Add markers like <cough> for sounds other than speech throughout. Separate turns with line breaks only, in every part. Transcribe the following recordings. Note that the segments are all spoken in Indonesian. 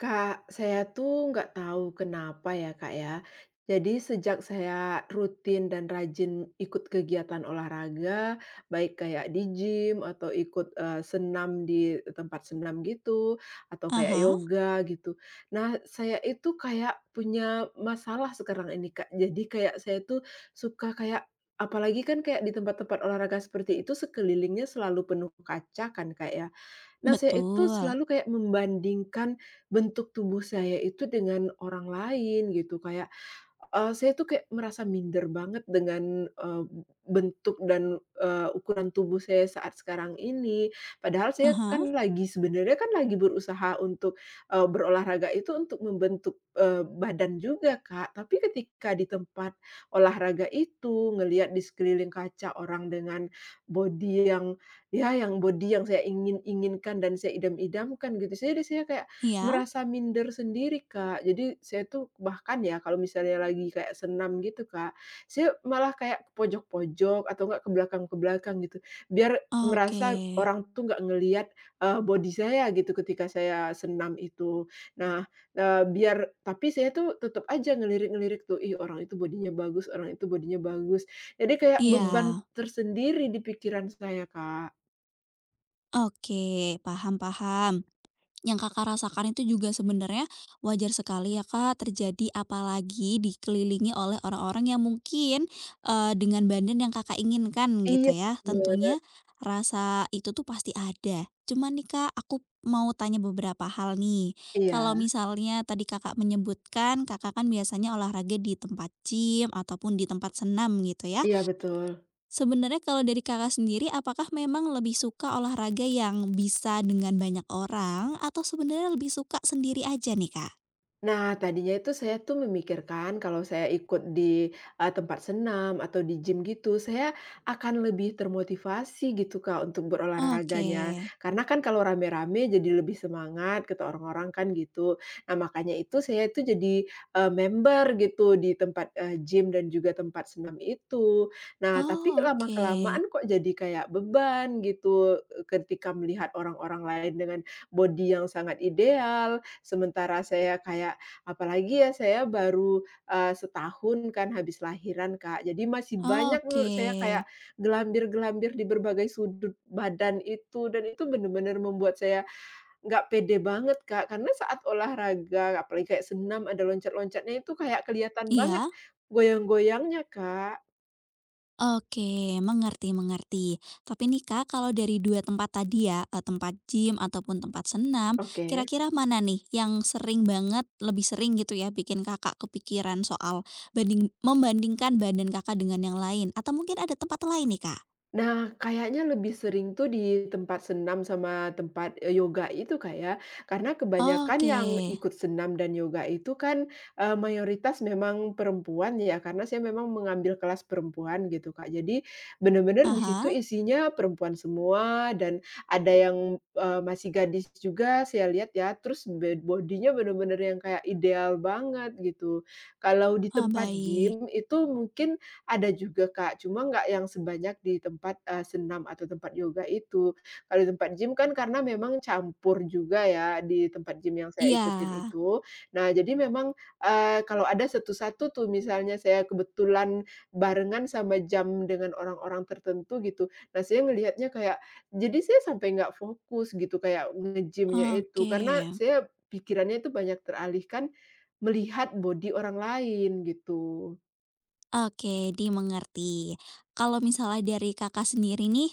Kak, saya tuh nggak tahu kenapa ya, Kak, ya. Jadi sejak saya rutin dan rajin ikut kegiatan olahraga, baik kayak di gym atau ikut, senam di tempat senam gitu, atau kayak
Aha.
yoga gitu. Nah, saya itu kayak punya masalah sekarang ini, Kak. Jadi kayak saya tuh suka kayak apalagi kan kayak di tempat-tempat olahraga seperti itu sekelilingnya selalu penuh kaca kan, Kak, ya. Nah, saya itu
Betul.
selalu kayak membandingkan bentuk tubuh saya itu dengan orang lain gitu, kayak, saya tuh kayak merasa minder banget dengan, bentuk dan, ukuran tubuh saya saat sekarang ini. Padahal saya
Aha, hah,
kan lagi sebenarnya kan lagi berusaha untuk, berolahraga itu untuk membentuk, badan juga, Kak. Tapi ketika di tempat olahraga itu, ngelihat di sekeliling kaca orang dengan body yang, ya, yang body yang saya ingin-inginkan dan saya idam-idamkan gitu. Jadi saya kayak
iya,
merasa minder sendiri, Kak. Jadi saya tuh bahkan ya kalau misalnya lagi kayak senam gitu, Kak, saya malah kayak ke pojok-pojok atau enggak ke belakang-ke belakang gitu. Biar
oke.
merasa orang tuh nggak ngelihat, body saya gitu ketika saya senam itu. Nah, biar tapi saya tuh tetap aja ngelirik-ngelirik tuh, "Ih, orang itu bodinya bagus, orang itu bodinya bagus." Jadi kayak
Iya,
beban tersendiri di pikiran saya, Kak.
oke, paham paham. Yang Kakak rasakan itu juga sebenarnya wajar sekali ya Kak terjadi, apalagi dikelilingi oleh orang-orang yang mungkin, dengan badan yang Kakak inginkan
Iya
gitu ya.
bener,
Tentunya rasa itu tuh pasti ada. Cuman nih Kak, aku mau tanya beberapa hal nih. Kalau
iya,
misalnya tadi Kakak menyebutkan Kakak kan biasanya olahraga di tempat gym ataupun di tempat senam gitu ya.
iya betul.
Sebenarnya kalau dari Kakak sendiri, apakah memang lebih suka olahraga yang bisa dengan banyak orang atau sebenarnya lebih suka sendiri aja nih, Kak?
Nah, tadinya itu saya tuh memikirkan kalau saya ikut di, tempat senam atau di gym gitu, saya akan lebih termotivasi gitu, Kak, untuk
Oke.
berolahraganya. Karena kan kalau rame-rame jadi lebih semangat kata orang-orang kan gitu. Nah, makanya itu saya itu jadi, member gitu di tempat, gym dan juga tempat senam itu. Nah, tapi
Oh, oke.
lama-kelamaan kok jadi kayak beban gitu, eh, ketika melihat orang-orang lain dengan body yang sangat ideal. Sementara saya kayak apalagi ya saya baru, setahun kan habis lahiran, Kak. Jadi masih
Oh,
banyak menurut saya kayak
oke.
gelambir-gelambir di berbagai sudut badan itu dan itu benar-benar membuat saya nggak pede banget, Kak. Karena saat olahraga apalagi kayak senam ada loncat-loncatnya itu kayak kelihatan banget
Iya?
goyang-goyangnya, Kak.
Oke, mengerti mengerti. Tapi nih, Kak, kalau dari 2 tempat tadi ya, tempat gym ataupun tempat senam,
Oke.
kira-kira mana nih yang sering banget lebih sering gitu ya bikin Kakak kepikiran soal banding membandingkan badan Kakak dengan yang lain? Atau mungkin ada tempat lain nih, Kak?
Nah, kayaknya lebih sering tuh di tempat senam sama tempat, yoga itu, Kak, ya. Karena kebanyakan yang
Oke.
ikut senam dan yoga itu kan, mayoritas memang perempuan ya, karena saya memang mengambil kelas perempuan gitu, Kak. Jadi bener-bener di
Aha,
situ
ah.
isinya perempuan semua dan ada yang, masih gadis juga saya lihat ya, terus body-nya bener-bener yang kayak ideal banget gitu. Kalau di
Oh,
tempat
baik.
gym itu mungkin ada juga, Kak, cuma nggak yang sebanyak di tempat, senam atau tempat yoga itu. Kalau di tempat gym kan karena memang campur juga ya di tempat gym yang saya
Iya.
ikutin itu. Nah, jadi memang, kalau ada satu-satu tuh misalnya saya kebetulan barengan sama jam dengan orang-orang tertentu gitu. Nah, saya ngelihatnya kayak jadi saya sampai nggak fokus gitu kayak ngejimnya itu,
Oke.
karena saya pikirannya itu banyak teralihkan melihat body orang lain gitu.
Oke, dimengerti. Kalau misalnya dari Kakak sendiri nih,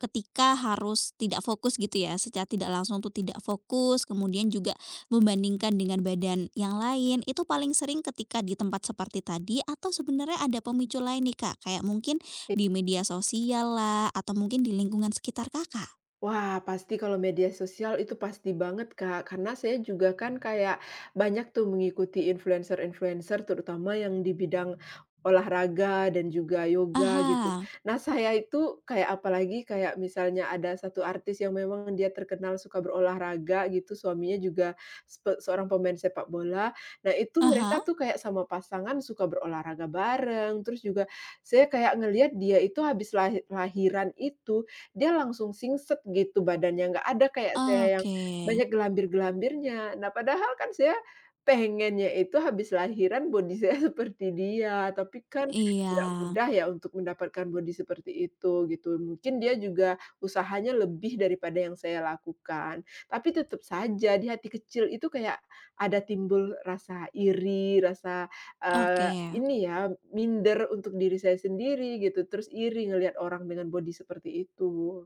ketika harus tidak fokus gitu ya, secara tidak langsung tuh tidak fokus, kemudian juga membandingkan dengan badan yang lain, itu paling sering ketika di tempat seperti tadi atau sebenarnya ada pemicu lain nih Kak? Kayak mungkin di media sosial lah, atau mungkin di lingkungan sekitar Kakak?
Wah, pasti kalau media sosial itu pasti banget, Kak. Karena saya juga kan kayak banyak tuh mengikuti influencer-influencer terutama yang di bidang olahraga dan juga yoga gitu.
Aha.
Nah, saya itu kayak apalagi kayak misalnya ada satu artis yang memang dia terkenal suka berolahraga gitu, suaminya juga seorang pemain sepak bola. Nah, itu
Ah.
mereka tuh kayak sama pasangan suka berolahraga bareng. Terus juga saya kayak ngelihat dia itu habis lahiran itu dia langsung singset gitu badannya, nggak ada kayak saya yang
Oke.
banyak gelambir-gelambirnya. Nah, padahal kan saya pengennya itu habis lahiran body saya <laughs> seperti dia, tapi kan
Iya,
nggak mudah ya untuk mendapatkan body seperti itu, gitu. Mungkin dia juga usahanya lebih daripada yang saya lakukan, tapi tetap saja di hati kecil itu kayak ada timbul rasa iri, rasa
oke.
ini ya, minder untuk diri saya sendiri gitu, terus iri ngelihat orang dengan body seperti itu.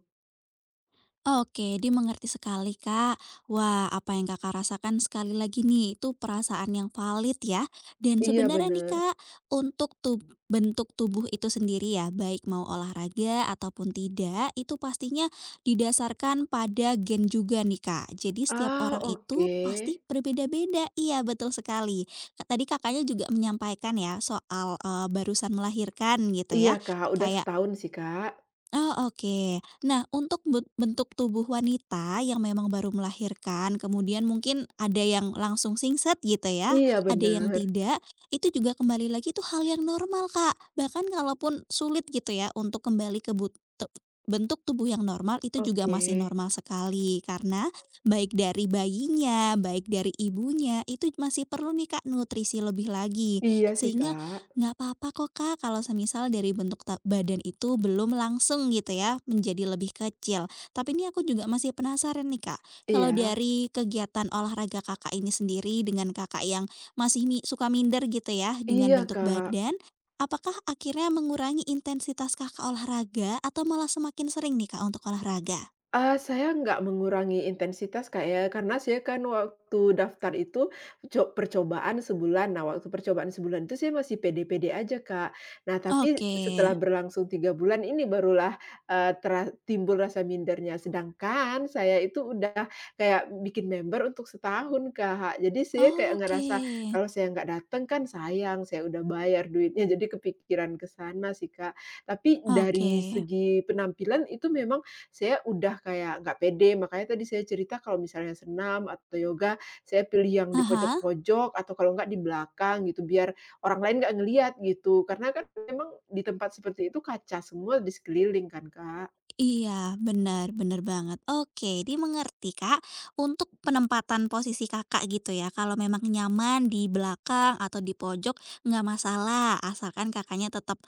Oke, dimengerti sekali, Kak. Wah, apa yang Kakak rasakan sekali lagi nih, itu perasaan yang valid ya. Dan
Iya
sebenarnya nih,
bener.
Kak, untuk tub bentuk tubuh itu sendiri ya, baik mau olahraga ataupun tidak, itu pastinya didasarkan pada gen juga nih, Kak. Jadi setiap
Ah,
orang itu
oke.
pasti berbeda-beda. Iya, betul sekali. Ka-, tadi Kakaknya juga menyampaikan ya soal eh, barusan melahirkan gitu
Iya
ya.
Kak, udah
Kayak,
setahun sih Kak.
oh, oke. Nah, untuk ben bentuk tubuh wanita yang memang baru melahirkan, kemudian mungkin ada yang langsung singset gitu ya,
Iya
ada yang
bener,
tidak, itu juga kembali lagi itu hal yang normal, Kak. Bahkan kalaupun sulit gitu ya untuk kembali ke but te bentuk tubuh yang normal, itu juga
oke.
masih normal sekali. Karena baik dari bayinya, baik dari ibunya, itu masih perlu nih, Kak, nutrisi lebih lagi.
Iya sih
Sehingga
Kak.
nggak apa-apa kok, Kak, kalau semisal dari bentuk ta badan itu belum langsung gitu ya, menjadi lebih kecil. Tapi ini aku juga masih penasaran nih, Kak. Kalau
Iya.
dari kegiatan olahraga Kakak ini sendiri dengan Kakak yang masih mi suka minder gitu ya dengan
Iya
bentuk
Kak.
badan, apakah akhirnya mengurangi intensitas Kakak olahraga atau malah semakin sering nih, Kak, untuk olahraga?
Saya nggak mengurangi intensitas, Kak, ya, karena saya kan waktu daftar itu percobaan sebulan. Nah, waktu percobaan sebulan itu saya masih pede-pede aja, Kak. Nah, tapi
Oke.
setelah berlangsung 3 bulan ini barulah, timbul rasa mindernya. Sedangkan saya itu udah kayak bikin member untuk setahun, Kak. Jadi saya kayak ngerasa
Oke.
kalau saya nggak datang kan sayang, saya udah bayar duitnya, jadi kepikiran ke sana sih, Kak. Tapi dari
Oke.
segi penampilan itu memang saya udah kayak nggak pede, makanya tadi saya cerita kalau misalnya senam atau yoga, saya pilih yang di
Aha.
pojok-pojok atau kalau nggak di belakang gitu, biar orang lain nggak ngelihat gitu. Karena kan memang di tempat seperti itu kaca semua di sekeliling kan, Kak.
Iya, benar benar banget. Oke, dimengerti, Kak. Untuk penempatan posisi Kakak gitu ya, kalau memang nyaman di belakang atau di pojok nggak masalah, asalkan Kakaknya tetap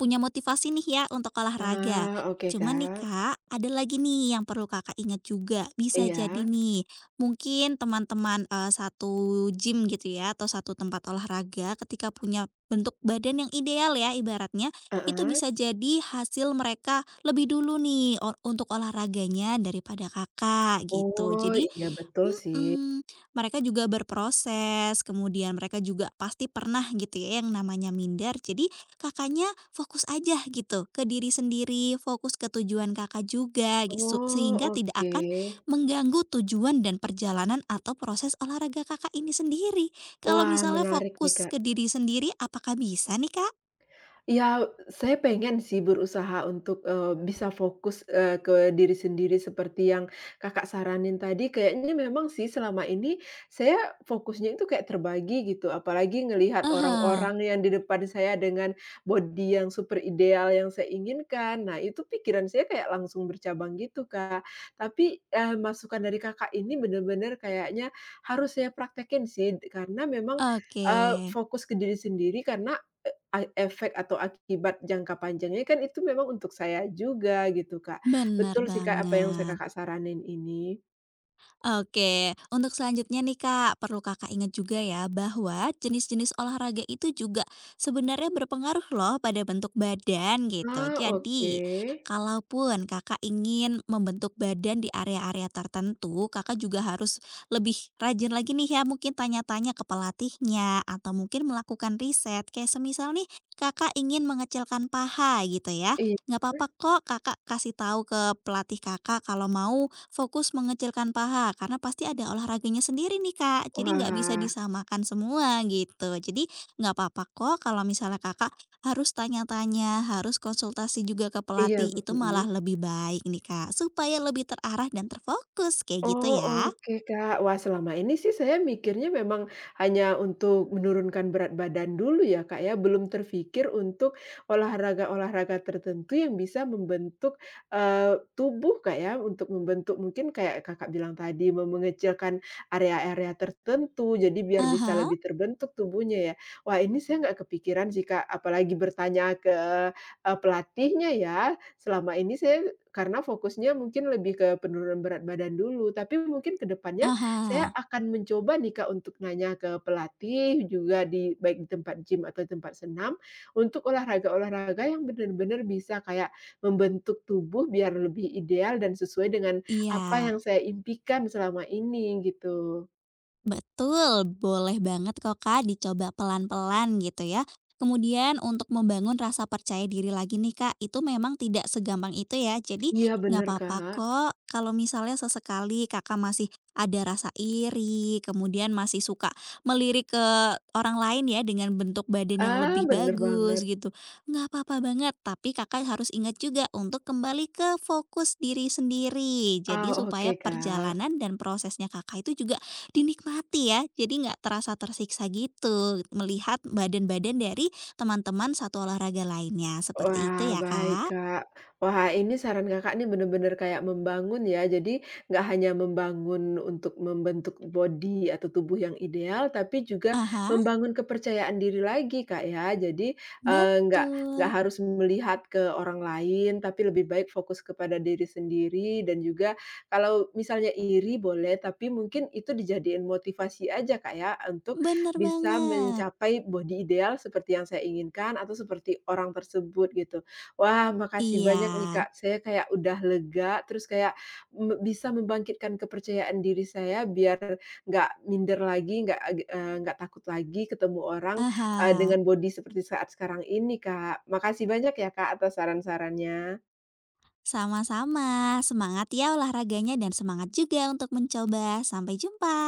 punya motivasi nih ya untuk olahraga.
Ah, oke,
Cuman nih
Kak.
Kak, ada lagi nih yang perlu Kakak ingat juga. Bisa jadi
Iya,
nih, mungkin teman-teman, satu gym gitu ya, atau satu tempat olahraga ketika punya bentuk badan yang ideal ya ibaratnya, itu
heeh.
bisa jadi hasil mereka lebih dulu nih o untuk olahraganya daripada Kakak, gitu.
Oh,
Jadi
iya betul sih.
mhm, mereka juga berproses, kemudian mereka juga pasti pernah gitu ya yang namanya minder. Jadi Kakaknya fokus aja gitu ke diri sendiri, fokus ke tujuan Kakak juga gi
Oh,
sehingga tidak
oke.
akan mengganggu tujuan dan perjalanan atau proses olahraga Kakak ini sendiri. Kalau
Wah,
misalnya
menarik nih,
fokus
Kak.
ke diri sendiri apakah bisa nih, Kak?
Ya, saya pengen sih berusaha untuk, bisa fokus, ke diri sendiri seperti yang Kakak saranin tadi. Kayaknya memang sih selama ini saya fokusnya itu kayak terbagi gitu, apalagi ngelihat
Aha.
orang-orang yang di depan saya dengan body yang super ideal yang saya inginkan. Nah, itu pikiran saya kayak langsung bercabang gitu, Kak. Tapi, masukan dari Kakak ini bener-bener kayaknya harus saya praktekin sih, karena memang,
Oke,
fokus ke diri sendiri karena efek atau akibat jangka panjangnya kan itu memang untuk saya juga gitu, Kak.
benar
Betul sih, Kak, apa yang
banget.
Kakak saranin ini.
Oke, untuk selanjutnya nih Kak, perlu Kakak ingat juga ya bahwa jenis-jenis olahraga itu juga sebenarnya berpengaruh loh pada bentuk badan gitu.
Ah, oke.
Jadi, kalaupun Kakak ingin membentuk badan di area-area tertentu, Kakak juga harus lebih rajin lagi nih ya mungkin tanya-tanya ke pelatihnya atau mungkin melakukan riset. Kayak semisal nih Kakak ingin mengecilkan paha gitu ya.
Iya.
Nggak apa-apa kok Kakak kasih tahu ke pelatih Kakak kalau mau fokus mengecilkan paha, karena pasti ada olahraganya sendiri nih Kak, jadi nggak bisa
Wah,
disamakan semua gitu. Jadi nggak apa-apa kok kalau misalnya Kakak harus tanya-tanya, harus konsultasi juga ke
iya,
pelatih, itu
mhm.
malah lebih baik nih Kak, supaya lebih terarah dan terfokus, kayak gitu
Oh,
ya.
oke, Kak. Wah, selama ini sih saya mikirnya memang hanya untuk menurunkan berat badan dulu ya, Kak, ya. Belum terfikir untuk olahraga-olahraga tertentu yang bisa membentuk, tubuh, Kak, ya. Untuk membentuk mungkin kayak Kakak bilang tadi, mengecilkan area-area tertentu, jadi biar bisa
Aha,
lebih terbentuk tubuhnya ya. Wah, ini saya nggak kepikiran sih, Kak, apalagi bertanya ke, pelatihnya ya. Selama ini saya karena fokusnya mungkin lebih ke penurunan berat badan dulu, tapi mungkin ke depannya saya
aha,
akan mencoba nih, Kak, untuk nanya ke pelatih juga di baik di tempat gym atau tempat senam, untuk olahraga-olahraga yang benar-benar bisa kayak membentuk tubuh biar lebih ideal dan sesuai dengan
iya.
apa yang saya impikan selama ini gitu.
Betul, boleh banget kok Kak dicoba pelan-pelan gitu ya. Kemudian untuk membangun rasa percaya diri lagi nih Kak, itu memang tidak segampang itu ya. Jadi
Iya
nggak
bener,
apa-apa
Kak.
kok kalau misalnya sesekali Kakak masih ada rasa iri, kemudian masih suka melirik ke orang lain ya dengan bentuk badan yang
Ah,
lebih
bener
bagus
banget.
gitu. Nggak apa-apa banget, tapi Kakak harus ingat juga untuk kembali ke fokus diri sendiri.
Ah,
Jadi supaya
oke, Kak.
perjalanan dan prosesnya Kakak itu juga dinikmati ya, jadi nggak terasa tersiksa gitu, melihat badan-badan dari teman-teman satu olahraga lainnya, seperti itu
Wah,
ya,
baik,
Kak?
Kak. Wah, ini saran Kakak nih bener-bener kayak membangun ya. Jadi nggak hanya membangun untuk membentuk body atau tubuh yang ideal, tapi juga
Aha,
membangun kepercayaan diri lagi, Kak, ya. Jadi, eee, nggak nggak
betul,
harus melihat ke orang lain, tapi lebih baik fokus kepada diri sendiri dan juga kalau misalnya iri boleh, tapi mungkin itu dijadiin motivasi aja, Kak, ya, untuk
bener
bisa
banget,
mencapai body ideal seperti yang saya inginkan atau seperti orang tersebut gitu. Wah makasih
iya.
banyak nih Kak, saya kayak udah lega terus kayak bisa membangkitkan kepercayaan diri saya biar nggak minder lagi, nggak ag eh, nggak takut lagi ketemu orang, dengan
Aha,
body seperti saat sekarang ini Kak. Makasih banyak ya Kak atas saran-sarannya.
sama-sama, semangat ya olahraganya dan semangat juga untuk mencoba, sampai jumpa.